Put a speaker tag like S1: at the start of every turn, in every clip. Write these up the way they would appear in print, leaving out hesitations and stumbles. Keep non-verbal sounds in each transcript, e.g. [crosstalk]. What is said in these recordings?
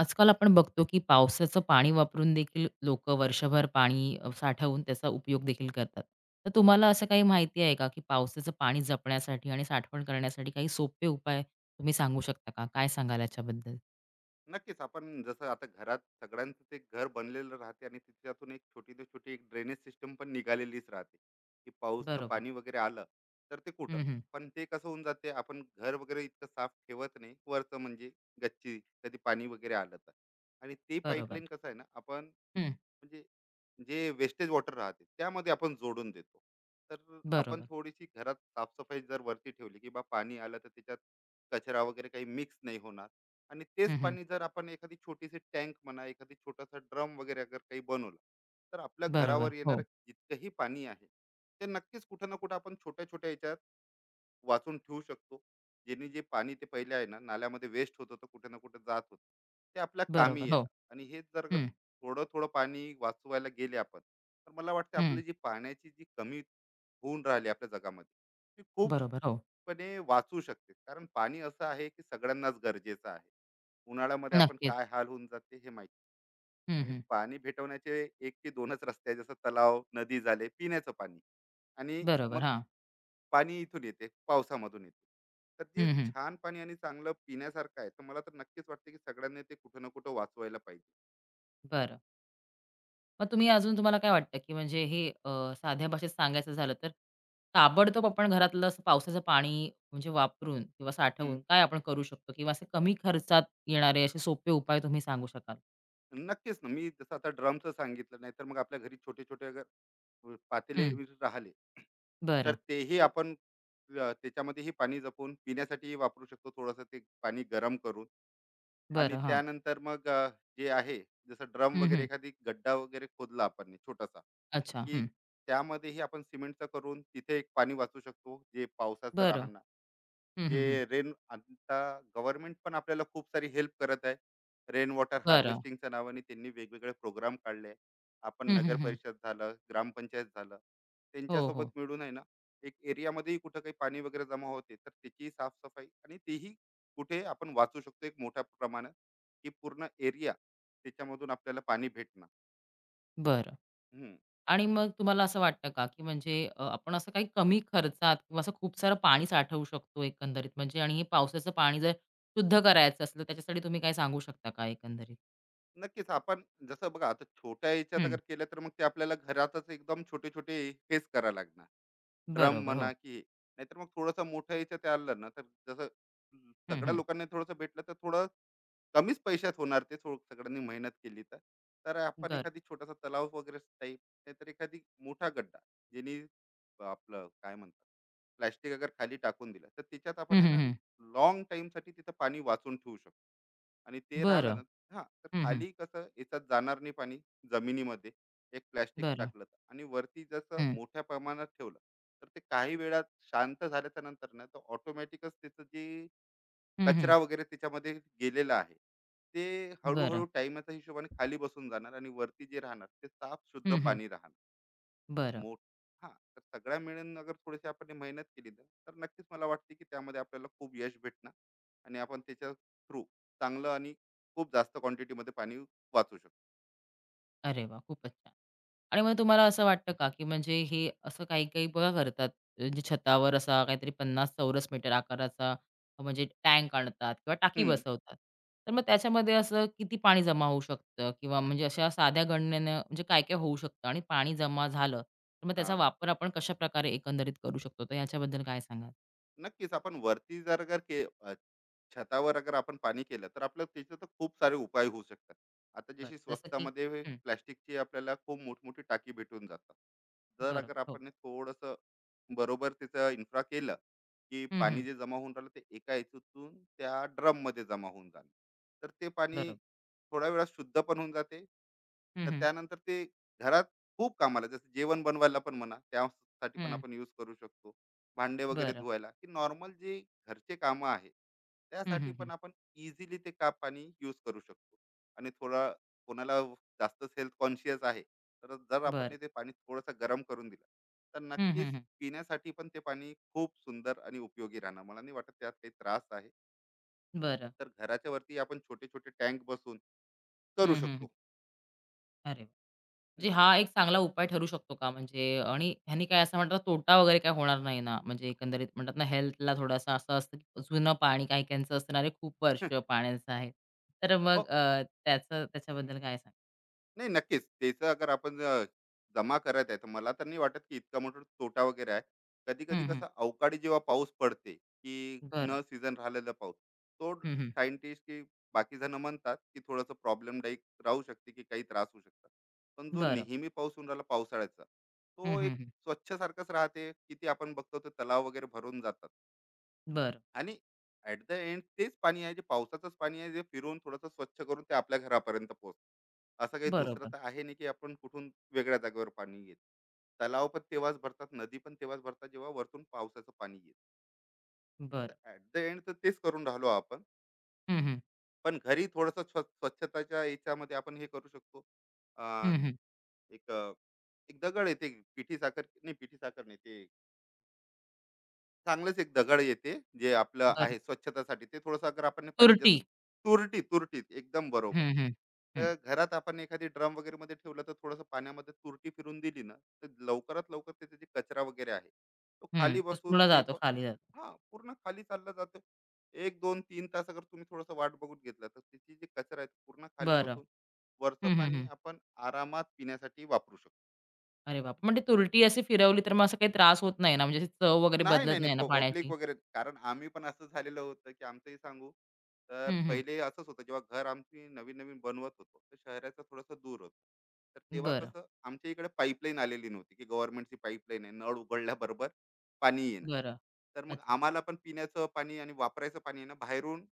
S1: आजकाल आपण बघतो की पावसाचं पाणी वापरून देखील लोक वर्षभर पाणी साठवून त्याचा उपयोग देखील करतात. तर
S2: हो,
S1: तुम्हाला असं काही माहिती आहे का, की पावसाचं पाणी जपण्यासाठी आणि साठवण करण्यासाठी काही सोपे उपाय तुम्ही सांगू शकता का? काय सांगाल याच्याबद्दल?
S2: नक्कीच. आपण जसं आता घरात सगळ्यांचं ते घर बनलेलं राहते आणि तिच्यातून एक छोटी ते छोटी एक ड्रेनेज सिस्टम पण निघालेलीच राहते की पाऊसचं
S1: बरोबर.
S2: पाणी वगैरे आलं तर ते कुठं
S1: हं, हं.
S2: पण ते कसं होऊन जाते. आपण घर वगैरे इतकं साफ ठेवत नाही वरचं म्हणजे गच्ची कधी पाणी वगैरे आलं तर. आणि ते
S1: बरोबर.
S2: पाईपलाईन कसं आहे ना आपण
S1: हं.
S2: म्हणजे जे वेस्टेज वॉटर राहते त्यामध्ये आपण जोडून देतो. तर आपण
S1: बरोबर.
S2: थोडीशी घरात साफसफाई जर वरती ठेवली की बा पाणी आलं तर त्याच्यात कचरा वगैरे काही मिक्स नाही होणार. आणि तेच
S1: हं, हं.
S2: पाणी जर आपण एखादी छोटीशी टँक म्हणा एखादी छोटासा ड्रम वगैरे अगर काही बनवला तर आपल्या
S1: बरोबर.
S2: घरावर
S1: हो.
S2: येणारं जितकंही पाणी आहे ते नक्कीच कुठं ना कुठं आपण छोट्या छोट्या याच्यात वाचून ठेवू शकतो. ज्यांनी जे पाणी ते पहिले आहे ना नाल्यामध्ये वेस्ट होत होतं कुठे ना कुठे जात होतं ते आपल्या कामी
S1: बरोबर. हो.
S2: येणार. आणि हेच जर का
S1: हं.
S2: थोडं थोडं पाणी वाचवायला गेले आपण तर मला वाटतं
S1: हं.
S2: आपली जी पाण्याची कमी होऊन राहिली आपल्या जगामध्ये ती
S1: बरोबर. हो.
S2: खूपपणे वाचू शकते. कारण पाणी असं आहे की सगळ्यांनाच गरजेचं आहे. उन्हाळ्यामध्ये आपण
S1: नक्कीच.
S2: काय हाल होऊन जाते हे माहिती.
S1: हं,
S2: आणि
S1: हं.
S2: पाणी भेटवण्याचे एक ते दोनच रस्ते आहेत, जसं तलाव, नदी झाले, पिण्याचं पाणी आणि
S1: बरोबर.
S2: मग
S1: हां.
S2: पाणी इथून येते, पावसामधून येते. तर जे
S1: हं, हं.
S2: छान पाणी आणि चांगलं पिण्यासारखं आहे, तर मला तर नक्कीच वाटतं, की सगळ्यांनी ते कुठं ना कुठं वाचवायला पाहिजे.
S1: बरं. मग तुम्ही अजून तुम्हाला काय वाटतं, की म्हणजे हे साध्या भाषेत सांगायचं झालं तर ताबडतोब आपण घरातलं असं पावसाचं पाणी म्हणजे वापरून किंवा
S2: हं.
S1: साठवून काय आपण करू शकतो? किंवा असे कमी खर्चात येणारे असे सोपे उपाय तुम्ही सांगू शकाल?
S2: नक्कीच ना, मी जसं आता ड्रमचं सांगितलं, नाहीतर मग आपल्या घरी छोटे-छोटे अगर पातेले
S1: हं.
S2: राहिले, तर
S1: बरं,
S2: तेही आपण त्याच्यामध्येही पाणी जपून पिण्यासाठीही वापरू शकतो. थोडंसं ते पाणी गरम करून. आणि
S1: बरं. हां.
S2: त्यानंतर मग जे आहे जसं ड्रम
S1: हं,
S2: वगैरे
S1: हं.
S2: एखादी गड्डा वगैरे खोदला आपण ने छोटासा
S1: अच्छा.
S2: की
S1: हं.
S2: त्यामध्येही आपण सिमेंटचं करून तिथे एक पाणी वाचू शकतो जे पावसाचं
S1: बरं.
S2: राहणार.
S1: हं,
S2: जे
S1: हं, हं.
S2: रेन आता गव्हर्नमेंट पण आपल्याला खूप सारी हेल्प करत आहे रेन वॉटर
S1: बरं.
S2: हार्वेस्टिंगच्या नावाने त्यांनी वेगवेगळे प्रोग्राम काढले आहे. आपण
S1: हं, हं,
S2: नगर
S1: हं.
S2: परिषद झालं ग्रामपंचायत झालं
S1: हो,
S2: त्यांच्यासोबत
S1: हो.
S2: मिळून आहे ना एक एरियामध्येही कुठं काही पाणी वगैरे जमा होते तर त्याचीही साफसफाई आणि तेही कुठे आपण वाचू शकतो एक मोठ्या प्रमाणात की पूर्ण एरिया त्याच्यामधून आपल्याला पाणी भेटणार.
S1: बरं.
S2: हम्म.
S1: आणि मग तुम्हाला असं वाटतं का, की म्हणजे आपण असं काही कमी खर्चात किंवा असं खूप सारं पाणी साठवू शकतो एकंदरीत म्हणजे आणि हे पावसाचं पाणी जर शुद्ध करायचं असलं, त्याच्यासाठी तुम्ही काय सांगू शकता का एकंदरीत?
S2: नक्कीच आपण जसं बघा आता छोट्या याच्यात
S1: हं.
S2: अगर केलं तर मग ते आपल्याला घरातच एकदम छोटे छोटे फेस करा लागणार ड्रम
S1: बरोबर. हो.
S2: म्हणा की हे. नाहीतर मग थोडंसं मोठ्या याच्यात आलं ना तर जसं
S1: हं,
S2: सगळ्या
S1: हं.
S2: लोकांनी थोडंसं भेटलं तर थोडं कमीच पैशात होणार ते थोडं सगळ्यांनी मेहनत केली तर तर आपण
S1: बरं.
S2: एखादी छोटासा तलाव वगैरे टाईप नाहीतर एखादी मोठा गड्डा ज्यांनी आपलं काय म्हणतात प्लॅस्टिक अगर खाली टाकून दिलं तर त्याच्यात आपण
S1: हं,
S2: आहे
S1: हं,
S2: ना
S1: हं.
S2: लॉंग साठी तिथं पाणी वाचून ठेवू शकतो. आणि ते राहिलं
S1: बरं.
S2: ना हां तर
S1: हं, हं.
S2: खाली कसं याच्यात जाणार नाही पाणी जमिनीमध्ये एक प्लॅस्टिक
S1: बरं.
S2: टाकलं तर, आणि वरती जसं
S1: हं.
S2: मोठ्या प्रमाणात ठेवलं तर ते काही वेळात शांत झाल्याच्या नंतर ना तर ऑटोमॅटिकच त्याचं जे
S1: हं, हं.
S2: कचरा वगैरे त्याच्यामध्ये गेलेला आहे ते
S1: बरं.
S2: हळूहळू टाइमच्या हिशोबाने खाली बसून जाणार आणि वरती जे राहणार ते साफ शुद्ध
S1: हं, हं.
S2: पाणी राहणार. तर
S1: बरं.
S2: मोठ हा तर सगळ्या मिळून अगर थोडीशी आपण हे मेहनत केली ना, तर नक्कीच मला वाटते की त्यामध्ये आपल्याला खूप यश भेटणार आणि आपण त्याच्या थ्रू चांगलं आणि खूप जास्त क्वांटिटीमध्ये पाणी वाचू शकतो.
S1: अरे वा, खूपच छान. आणि मग तुम्हाला असं वाटतं का, की म्हणजे हे असं काही-काही बघा करतात, म्हणजे छतावर असा काहीतरी 50 चौरस मीटर आकाराचा म्हणजे टँक आणतात किंवा टाकी
S2: हम्म.
S1: बसवतात. तर मग त्याच्यामध्ये असं किती पाणी जमा होऊ शकतं किंवा म्हणजे अशा साध्या गणनेनं म्हणजे काय-काय होऊ शकतं आणि पाणी जमा झालं, तर मग त्याचा
S2: हा,
S1: वापर आपण कशाप्रकारे एकंदरीत करू शकतो? तर याच्याबद्दल काय सांगाल?
S2: नक्कीच. आपण वरती जर अगर छतावर अगर आपण पाणी केलं तर आपलं त्याचे तर खूप सारे उपाय होऊ शकतात. आता
S1: बरं.
S2: जशी
S1: जसं की
S2: स्वस्तामध्ये
S1: हं.
S2: प्लॅस्टिकची आपल्याला खूप मोठमोठी टाकी भेटून जातात. जर
S1: बरं.
S2: अगर
S1: हो.
S2: आपण हे थोडंसं बरोबर त्याचं इन्फ्रा केलं की
S1: हं, हं.
S2: पाणी जे जमा होऊन राहिलं ते एका याच्यातून त्या ड्रममध्ये जमा होऊन जाणं तर ते पाणी
S1: बरोबर.
S2: थोड्या वेळात शुद्ध पण होऊन जाते.
S1: हं,
S2: तर
S1: हं.
S2: त्यानंतर ते घरात खूप कामाला जसं जेवण बनवायला पण म्हणा त्यासाठी पण
S1: हं.
S2: आपण यूज करू शकतो. भांडे वगैरे
S1: बरं.
S2: धुवायला की नॉर्मल जे घरचे कामं आहे
S1: हं,
S2: त्यासाठी
S1: हं, हं.
S2: पण आपण इझिली ते का पाणी यूज करू शकतो. आणि थोडा कोणाला जास्तच हेल्थ कॉन्शियस आहे तर जर आपण
S1: बरं.
S2: ने ते पाणी थोडंसं गरम करून दिलं तर
S1: हं,
S2: नक्कीच
S1: हं, हं.
S2: पिण्यासाठी पण ते पाणी खूप सुंदर आणि उपयोगी राहणार. मला नाही वाटत त्यात काही त्रास आहे.
S1: बरं.
S2: तर घराच्या वरती आपण छोटे छोटे टँक बसून करू
S1: हं, हं, हं.
S2: शकतो.
S1: अरे वाह! म्हणजे
S2: हम्म.
S1: हा एक चांगला उपाय ठरू शकतो का? म्हणजे आणि ह्यानी काय असं म्हणतात तोटा वगैरे काही होणार नाही ना? म्हणजे एकंदरीत म्हणतात ना हेल्थला थोडासा असं असतं, की जुनं पाणी काही काहींचं असतं ना, "अरे खूप वर्ष
S2: [laughs]
S1: पाण्याचं आहे." तर
S2: हो,
S1: मग त्याचं त्याच्याबद्दल काय सांग
S2: नाही, नक्कीच. त्याचं अगर आपण जमा करत आहे, तर मला तर नाही वाटत की इतका मोठा तोटा वगैरे आहे. कधी-कधी
S1: हं, हं.
S2: कसं अवकाळी जेव्हा पाऊस पडते, की
S1: बरं.
S2: न सीझन राहिलेला पाऊस, तो
S1: हं, हं.
S2: सायंटिस्ट की बाकी जण म्हणतात, की थोडंसं प्रॉब्लेमदायक राहू शकते, की काही त्रास होऊ शकतात. पण जो
S1: बरं.
S2: नेहमी पाऊस होऊन राहिला पावसाळ्याचा,
S1: हं,
S2: तो
S1: हं,
S2: एक
S1: हं.
S2: स्वच्छ सारखाच राहते. किती आपण बघतो तर तलाव वगैरे भरून जातात.
S1: बरं.
S2: आणि ऍट द एंड तेच पाणी आहे जे पावसाचंच पाणी आहे जे फिरवून थोडंसं स्वच्छ करून ते आपल्या घरापर्यंत पोहोच. असं काही दुसरं
S1: बरोबर.
S2: तर आहे नाही की आपण कुठून वेगळ्या जागेवर पाणी येत. तलाव पण तेव्हाच भरतात नदी पण तेव्हाच भरतात जेव्हा वरतून पावसाचं पाणी येत. तर
S1: बरं.
S2: ऍट द एंड तर तेच करून राहिलो आपण.
S1: हं, हं.
S2: पण घरी थोडस स्वच्छताच्या याच्यामध्ये आपण हे करू शकतो. अं,
S1: हं, हं.
S2: एक एक दगड येते. पिठी साखर नाही. ते चांगलंच एक दगड येते जे आपलं
S1: बरं.
S2: आहे स्वच्छतासाठी ते थोडंसं अगर आपण हे पाणी
S1: तुरटी.
S2: जसं तुरटीत एकदम बरोबर.
S1: हं, हं. हं.
S2: तर घरात आपण एखादी ड्रम वगैरे मध्ये ठेवलं तर थोडंसं पाण्यामध्ये तुरटी फिरून दिली ना तर लवकरात लवकर त्याचा जे कचरा वगैरे आहे तो
S1: हं.
S2: खाली
S1: तो
S2: बसून
S1: पूर्ण
S2: ते
S1: जातो,
S2: पण
S1: खाली जातो.
S2: हा पूर्ण खाली चालला जातो. एक दोन तीन तास अगर तुम्ही थोडंसं वाट बघून घेतलं तर त्याची जी कचरा आहे तो पूर्ण खाली
S1: बरं.
S2: बसून वरचं
S1: हं, हं,
S2: पाणी
S1: हं.
S2: आपण आरामात पिण्यासाठी वापरू शकतो.
S1: अरे बाप! म्हणजे तुरटी अशी फिरवली तर मग असा काही त्रास होत नाही ना? म्हणजे अशी चव वगैरे
S2: नाही,
S1: बदलत
S2: नाही, नाही.
S1: नाही ना
S2: पब्लिक
S1: पाण्याची?
S2: वगैरे कारण आम्ही पण असं झालेलं होतं, की आमचंही सांगू. तर
S1: हं, हं.
S2: पहिले असंच होतं जेव्हा घर आमची नवीन-नवीन बनवत होतो, तर शहराचं थोडंसं दूर होतं. तर तेव्हा
S1: बरं,
S2: कसं आमच्या इकडे पाईपलाईन आलेली नव्हती, की गव्हर्नमेंटची पाईपलाईन आहे. नळ उघडल्याबरोबर पाणी येणार.
S1: बरं.
S2: तर मग
S1: अच्छा.
S2: आम्हाला पण पिण्याचं पाणी आणि वापरायचं पाणी आहे ना, बाहेरून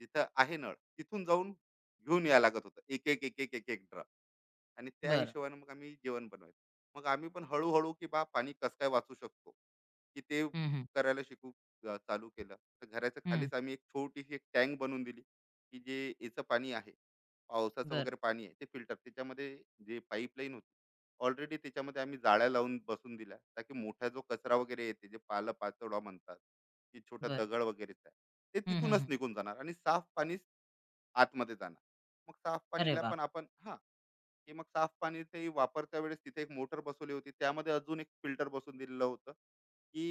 S2: जिथं आहे नळ, तिथून जाऊन घेऊन यायला लागत होतं. एक-एक, एक-एक, एक-एक ड्रम. आणि त्या
S1: बरं.
S2: हिशोबाने मग आम्ही जेवण बनवायचं. मग आम्ही पण हळूहळू की बा पाणी कसं काय वाचू शकतो, की ते
S1: हं, हं.
S2: करायला शिकू चालू केलं. तर घराच्या
S1: हं.
S2: खालीच आम्ही एक छोटीशी एक टँक बनवून दिली, की जे याचं पाणी आहे, पावसाचं
S1: बरं,
S2: वगैरे पाणी आहे ते फिल्टर त्याच्यामध्ये जे पाईपलाईन होती, ऑलरेडी त्याच्यामध्ये आम्ही जाळ्या लावून बसवून दिल्या. ताकी मोठा जो कचरा वगैरे येते, जे पाला-पाचोळा म्हणतात, की छोटा
S1: बरं.
S2: दगड वगैरेचा आहे, ते
S1: हं, हं,
S2: तिथूनच
S1: हं.
S2: निघून जाणार आणि साफ पाणीच आतमध्ये जाणार. मग साफ
S1: अरे
S2: पाणीला
S1: वाह!
S2: पण आपण हां. की मग साफ पाणी ते वापरत्या वेळेस तिथे एक मोटर बसवली होती त्यामध्ये अजून एक फिल्टर बसवून दिलेलं होतं की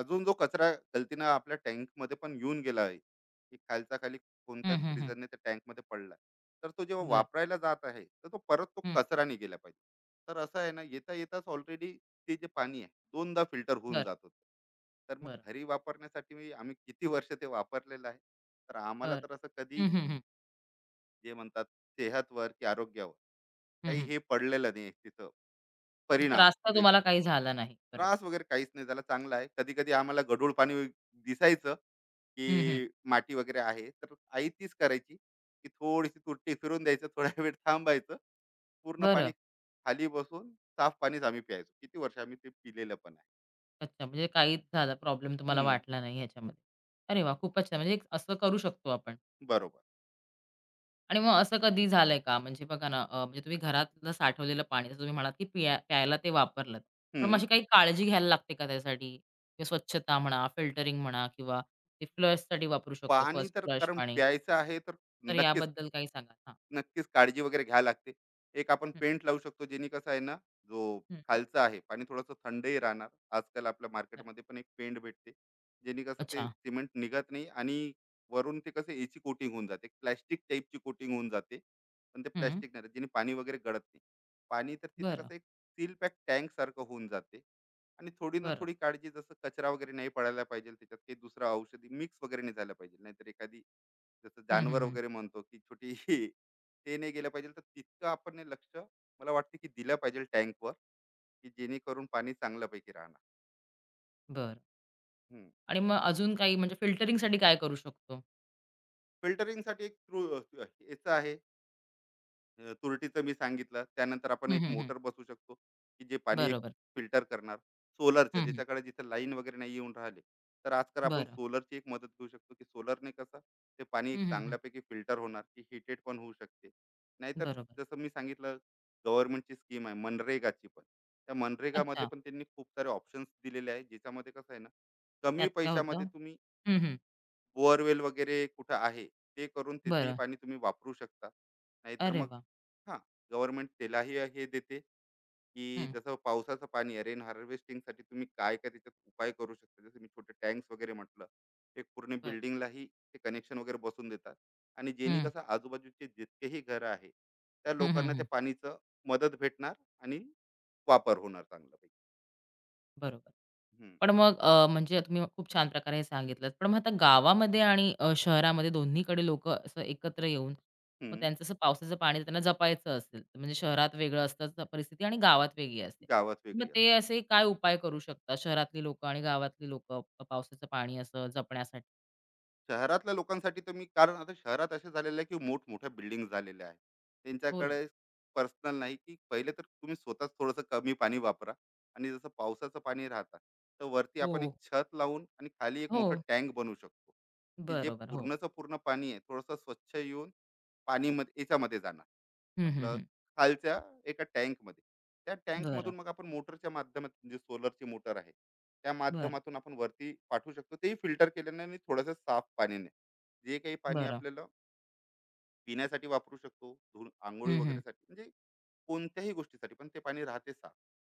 S2: अजून जो कचरा गलतीनं आपल्या tank मध्ये पण येऊन गेला आहे की खालचा खाली कोणत्या
S1: हं, हं, हं.
S2: रिझनने त्या tank मध्ये पडला तर तो जेव्हा
S1: बरं.
S2: वापरायला जात आहे तर तो परत तो
S1: हं.
S2: कचराने गेला पाहिजे. तर असं आहे ना येता येताच ऑलरेडी ते जे पाणी आहे दोनदा फिल्टर होऊन
S1: बरं,
S2: जात होतं. तर मग
S1: बरं,
S2: घरी वापरण्यासाठी आम्ही किती वर्ष ते वापरलेलं आहे. तर आम्हाला
S1: बरं.
S2: तर असं कधी
S1: हं, हं, हं.
S2: जे म्हणतात सेहतवर की आरोग्यावर
S1: हं,
S2: काही
S1: हं.
S2: हे पडलेलं नाही तिथं
S1: म्हणजे
S2: परिणाम
S1: त्रास तर
S2: वेगळा.
S1: तुम्हाला काही झाला नाही. बरोबर.
S2: त्रास वगैरे काहीच नाही झाला, चांगला आहे. कधी-कधी आम्हाला गढूळ पाणी दिसायचं,
S1: हं, हं.
S2: की माती वगैरे आहे. तर आई तीच करायची, की थोडीशी तुरटी फिरून द्यायचं, थोडा [laughs] वेळ थांबायचं. पूर्ण पाणी
S1: बरं.
S2: खाली बसून साफ पाणीच आम्ही प्यायचो. किती वर्ष आम्ही ते पिलेलं पण आहे.
S1: अच्छा, म्हणजे काहीच झाला प्रॉब्लेम तुम्हाला
S2: हं,
S1: वाटला नाही ह्याच्यामध्ये. अरे वाह! खूपच छान. म्हणजे एक असं करू शकतो आपण.
S2: बरोबर.
S1: आणि मग असं कधी झालंय का? म्हणजे बघा ना, म्हणजे तुम्ही घरातलं साठवलेलं पाणी जसं तुम्ही म्हणालात, की प्यायला ते वापरलंत. पण मग
S2: हं.
S1: अशी काही काळजी घ्यायला लागते का त्यासाठी? किंवा स्वच्छता म्हणा, फिल्टरिंग म्हणा किंवा ते फ्लशसाठी वापरू शकतो,
S2: पाणी
S1: फर्स्ट
S2: तर
S1: फ्लश
S2: कारण
S1: पाणी.
S2: प्यायचं आहे, तर
S1: तर
S2: नक्कीच
S1: याबद्दल काही सांगा? हां.
S2: नक्कीच काळजी वगैरे घ्यावी लागते. एक आपण पेंट लावू शकतो जेणे कसं आहे ना, जो
S1: हं, हं.
S2: खालचा आहे पाणी थोडंसं थंडही राहणार. आजकाल आपल्या
S1: बरं.
S2: मार्केटमध्ये पण एक पेंट भेटते. जेणे कसं ते
S1: अच्छा.
S2: सिमेंट निघत नाही आणि वरून ते कसं याची कोटिंग होऊन जाते. प्लास्टिक टाईपची कोटिंग होऊन जाते. पण ते
S1: हं.
S2: प्लास्टिक नाही राहत जेणे पाणी वगैरे गळत नाही. पाणी तर तिथं
S1: बरं,
S2: कसं एक सील पॅक टँकसारखं होऊन जाते आणि थोडी ना
S1: बरं.
S2: थोडी काळजी जसं कचरा वगैरे नाही पडायला पाहिजे त्याच्यात काही दुसरं औषधी मिक्स वगैरे नाही झालं पाहिजे. नाहीतर एखादी जसं
S1: हं, हं,
S2: जानवर
S1: हं.
S2: वगैरे म्हणतो की छोटी [laughs] ते नाही गेलं पाहिजे तर तितकं आपण हे लक्ष मला वाटतं की दिलं पाहिजे टँकवर की जेणेकरून पाणी चांगल्यापैकी राहणार.
S1: बरं. आणि मग अजून काही म्हणजे फिल्टरिंगसाठी काय करू शकतो?
S2: फिल्टरिंगसाठी एक थ्रू याचं आहे तुरटीचं मी सांगितलं. त्यानंतर आपण
S1: हं,
S2: एक
S1: हं, हं.
S2: मोटर बसवू शकतो, की जे पाणी एक
S1: बरोबर.
S2: फिल्टर करणार. सोलरचं
S1: हं, हं.
S2: ज्याच्याकडे जिथं लाईन वगैरे नाही येऊन राहिले, तर आजकाल आपण
S1: बरं.
S2: सोलरची एक मदत घेऊ शकतो, की सोलरने कसं ते पाणी एक
S1: हं, हं, हं.
S2: चांगल्यापैकी फिल्टर होणार, की हीटेड पण होऊ शकते. नाहीतर
S1: बरोबर.
S2: जसं मी सांगितलं गव्हर्नमेंटची स्कीम आहे मनरेगाची पण. त्या मनरेगामध्ये
S1: अच्छा.
S2: पण त्यांनी खूप सारे ऑप्शन्स दिलेले आहेत, ज्याच्यामध्ये कसं आहे ना,
S1: त्यात
S2: कमी
S1: काय
S2: पैशामध्ये
S1: होतं?
S2: तुम्ही
S1: हं, हं.
S2: बोअरवेल वगैरे कुठं आहे, ते करून त्याचंही
S1: बरं.
S2: पाणी तुम्ही वापरू शकता. नाहीतर
S1: अरे
S2: मग
S1: वाह!
S2: हां, गव्हर्नमेंट त्यालाही हे देते, की
S1: हं,
S2: जसं पावसाचं पाणी आहे, रेन हार्वेस्टिंगसाठी तुम्ही काय-काय त्याच्यात उपाय करू शकता. जसं मी छोटे टँक्स वगैरे म्हटलं, एक पूर्ण
S1: बरं.
S2: बिल्डिंगलाही ते कनेक्शन वगैरे बसवून देतात आणि ज्यांनी
S1: हं.
S2: कसं आजूबाजूचे जितकेही घरं आहे, त्या
S1: हं, हं,
S2: लोकांना
S1: हं.
S2: त्या पाणीचं मदत भेटणार आणि वापर होणार चांगल्यापैकी.
S1: बरोबर.
S2: हं,
S1: पण मग म्हणजे तुम्ही खूप छान प्रकारे हे सांगितलंत. पण मग आता गावामध्ये आणि शहरामध्ये दोन्हीकडे लोक असं एकत्र येऊन मग
S2: हं.
S1: त्यांचं असं पावसाचं पाणी त्यांना जपायचं असेल, म्हणजे शहरात वेगळं असतं परिस्थिती आणि गावात वेगळी असते.
S2: गावात
S1: मग
S2: वेगळी.
S1: ते असे काय उपाय करू शकतात शहरातली लोकं आणि गावातली लोकं पावसाचं पाणी असं जपण्यासाठी?
S2: शहरातल्या लोकांसाठी तर मी कारण आता शहरात असे झालेले आहे की मोठमोठ्या बिल्डिंग झालेल्या आहेत.
S1: हो ना.
S2: त्यांच्याकडे पर्सनल नाही की पहिले तर तुम्ही स्वतःच थोडंसं कमी पाणी वापरा आणि जसं पावसाचं पाणी राहतात तर वरती
S1: हो.
S2: आपण एक छत लावून आणि खाली एक
S1: हो.
S2: मोठं टँक बनवू शकतो की जे
S1: बरोबर. हो.
S2: पूर्णचं पूर्ण पाणी आहे थोडंसं स्वच्छ येऊन पाणीमध्ये याच्यामध्ये जाणार
S1: हं, हं,
S2: आपलं
S1: हं.
S2: खालच्या एका टँकमध्ये. त्या
S1: बरं,
S2: टँकमधून मग आपण मोटरच्या माध्यमात जे सोलरची मोटर आहे त्या
S1: बरं,
S2: माध्यमातून आपण वरती पाठवू शकतो तेही फिल्टर केल्याने आणि थोडंसं साफ पाणीने जे काही पाणी
S1: बरं.
S2: आपल्याला पिण्यासाठी वापरू शकतो धुऊन आंघोळी
S1: हं, हं.
S2: वगैरेसाठी म्हणजे कोणत्याही गोष्टीसाठी पण ते पाणी राहते साफ.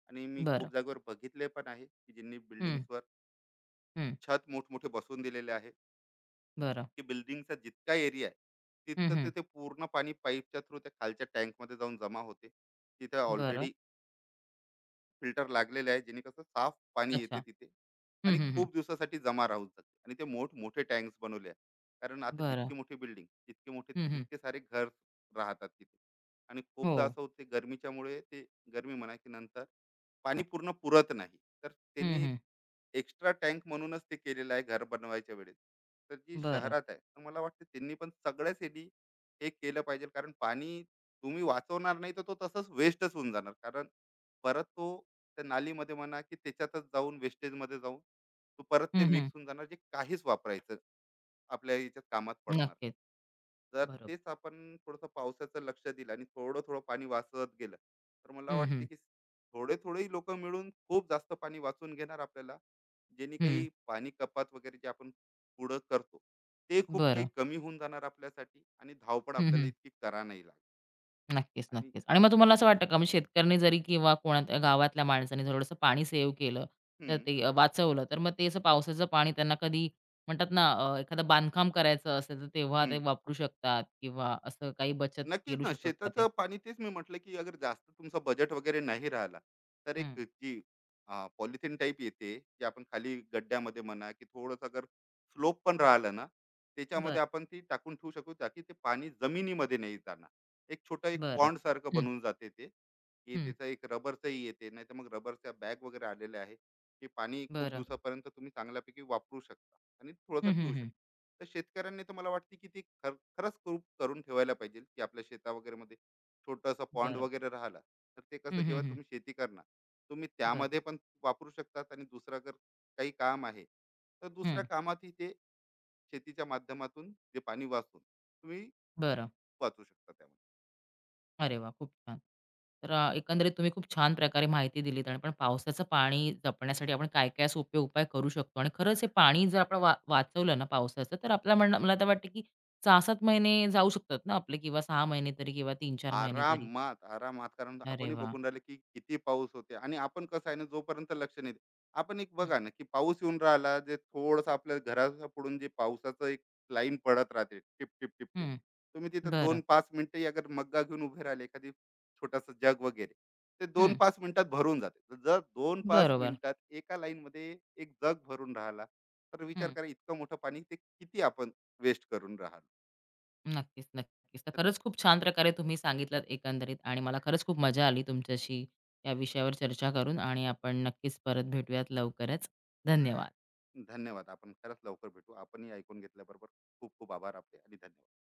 S2: आणि मी
S1: बरं.
S2: खूप जागेवर बघितले पण आहे की ज्यांनी
S1: हं,
S2: बिल्डिंग्सवर
S1: हं.
S2: छत मोठमोठे बसवून दिलेले आहे
S1: बरं.
S2: की बिल्डिंगचा जितका एरिया आहे
S1: हं,
S2: तितकं
S1: हं.
S2: ते ते पूर्ण पाणी पाईपच्या थ्रू त्या खालच्या टँकमध्ये जाऊन जमा होते. तिथे
S1: बरं.
S2: ऑलरेडी फिल्टर लागलेले आहे जेणे कसं साफ पाणी येते
S1: अच्छा.
S2: तिथे
S1: हं,
S2: आणि
S1: हं, हं.
S2: खूप दिवसासाठी जमा राहू शकते आणि ते मोठ मोठे टँक्स बनवले आहे कारण आता
S1: बरं.
S2: जितकी मोठी बिल्डिंग जितके मोठे
S1: हं, हं.
S2: तितके सारे घर राहतात तिथे. आणि
S1: हो.
S2: खूपदा असं होते गरमीच्यामुळे ते गरमी म्हणा की नंतर पाणी पूर्ण पुरत नाही तर
S1: हं,
S2: त्यांनी
S1: हं.
S2: एक्स्ट्रा टँक म्हणूनच ते केलेलं आहे घर बनवायच्या वेळेस. तर जी
S1: बरं.
S2: शहरात आहे, तर मला वाटतं त्यांनी पण सगळ्याच ह्यांनी हे केलं पाहिजे. कारण पाणी तुम्ही वाचवणार नाही, तर तो तसंच वेस्टच होऊन जाणार. कारण परत तो त्या नालीमध्ये म्हणा, की त्याच्यातच जाऊन वेस्टेजमध्ये जाऊन तो परत
S1: हं,
S2: ते
S1: हं.
S2: मिक्स होऊन जाणार, जे काहीच वापरायचं आपल्या याच्यात कामात पडणार.
S1: नक्कीच.
S2: जर
S1: बरोबर.
S2: तेच आपण थोडंसं पावसाचं लक्ष दिलं आणि थोडं थोडं पाणी वाचत गेलं तर मला
S1: हं, हं.
S2: वाटते की थोडे थोडे लोक मिळून खूप जास्त पाणी वाचून घेणार आपल्याला. जेणे
S1: हं.
S2: काही पाणी कपात वगैरे जे आपण पुढं करतो ते खूप काही
S1: बरं.
S2: कमी होऊन जाणार आपल्यासाठी आणि धावपळ
S1: हं,
S2: आपल्याला
S1: हं.
S2: इतकी करा नाही लागणार.
S1: नक्कीच,
S2: आणि
S1: नक्कीच. आणि मग तुम्हाला असं वाटतं का मग शेतकऱ्यांनी जरी किंवा कोणा गावातल्या माणसाने थोडंसं पाणी सेव्ह केलं, तर
S2: हम्म,
S1: ते वाचवलं, तर मग ते असं पावसाचं पाणी त्यांना कधी म्हणतात ना एखादं बांधकाम करायचं असेल, तर तेव्हा ते वापरू शकतात किंवा असं काही बचत
S2: नक्कीच
S1: करू
S2: ना.
S1: शकतात का ते?
S2: शेताचं पाणी तेच मी म्हटलं, की अगर जास्त तुमचं बजेट वगैरे नाही राहिला, तर
S1: हं.
S2: एक जी पॉलिथिन टाईप येते, जी आपण खाली गड्ड्यामध्ये म्हणा, की थोडंसं अगर स्लोप पण राहिलं ना, त्याच्यामध्ये
S1: बरं,
S2: आपण ती टाकून ठेवू शकतो, ताकी ते पाणी जमिनीमध्ये नाही जाणार. एक छोटा एक
S1: बरं.
S2: पॉन्डसारखं
S1: हं,
S2: बनून जाते ते, की
S1: हं.
S2: त्याचं एक रबरचंही येते, नाहीतर मग रबरच्या बॅग वगैरे आलेल्या आहे, की पाणी खूप
S1: बरं.
S2: दिवसापर्यंत तुम्ही चांगल्यापैकी वापरू शकता आणि थोडंसं
S1: हं, हं,
S2: ठेवू
S1: हं.
S2: शकता. तर शेतकऱ्यांनी तर मला वाटते की ती खर खरंच खूप करून ठेवायला पाहिजे की आपल्या शेता वगैरे मध्ये छोटासा पॉन्ड
S1: बरं.
S2: वगैरे राहिला तर ते कसं
S1: हं, हं,
S2: जेव्हा
S1: हं.
S2: तुम्ही शेती करणार तुम्ही
S1: बरं.
S2: त्यामध्ये पण वापरू शकतात आणि दुसरा जर काही काम आहे तर दुसऱ्या
S1: हं,
S2: कामातही ते शेतीच्या माध्यमातून जे पाणी वाचून तुम्ही
S1: बरं.
S2: वाचू शकता त्यामध्ये.
S1: अरे वाह! खूप छान. तर एकंदरीत तुम्ही खूप छान प्रकारे माहिती दिलीत आणि पण पावसाचं पाणी जपण्यासाठी आपण काय-काय सोपे उपाय करू शकतो आणि खरंच हे पाणी जर आपण वाचवलं ना पावसाचं, तर आपल्याला म्हणणं मला तर वाटतं की 6-7 महिने जाऊ शकतात ना आपले किंवा 6 महिने तरी किंवा 3-4 महिने तरी.
S2: आरामात, आरामात. कारण
S1: अरे
S2: आपणही
S1: वाह!
S2: बघून राहिले की किती पाऊस होते आणि आपण कसं आहे ना, जोपर्यंत लक्ष नाही देत. आपण एक
S1: हं,
S2: बघा ना, की पाऊस येऊन राहिला, जे थोडंसं आपल्या घराच्या पुढून जे पावसाचं एक लाईन पडत राहते टिप, टिप, टिप ते.
S1: हं.
S2: तुम्ही तिथं
S1: बरं.
S2: 2-5 मिनिटंही अगर मग्गा घेऊन उभे राहिले, एखादी छोटासा जग वगैरे, ते
S1: हं.
S2: 2-5 मिनिटात भरून जाते. तर जर 2-5
S1: बरोबर.
S2: मिनिटात एका लाईनमध्ये एक जग भरून राहिला, तर विचार
S1: हं.
S2: करा इतकं मोठं पाणी ते किती आपण वेस्ट करून राहिलो.
S1: नक्कीच, नक्कीच. तर खरंच खूप छान प्रकारे तुम्ही सांगितलत एकंदरीत आणि मला खरंच खूप मजा आली तुमच्याशी या विषयावर चर्चा करून आणि आपण नक्कीच परत भेटूयात लवकरच. धन्यवाद.
S2: धन्यवाद. आपण खरंच लवकर भेटू. आपणही ऐकून घेतल्याबरोबर खूप खूप आभार आपले आणि धन्यवाद.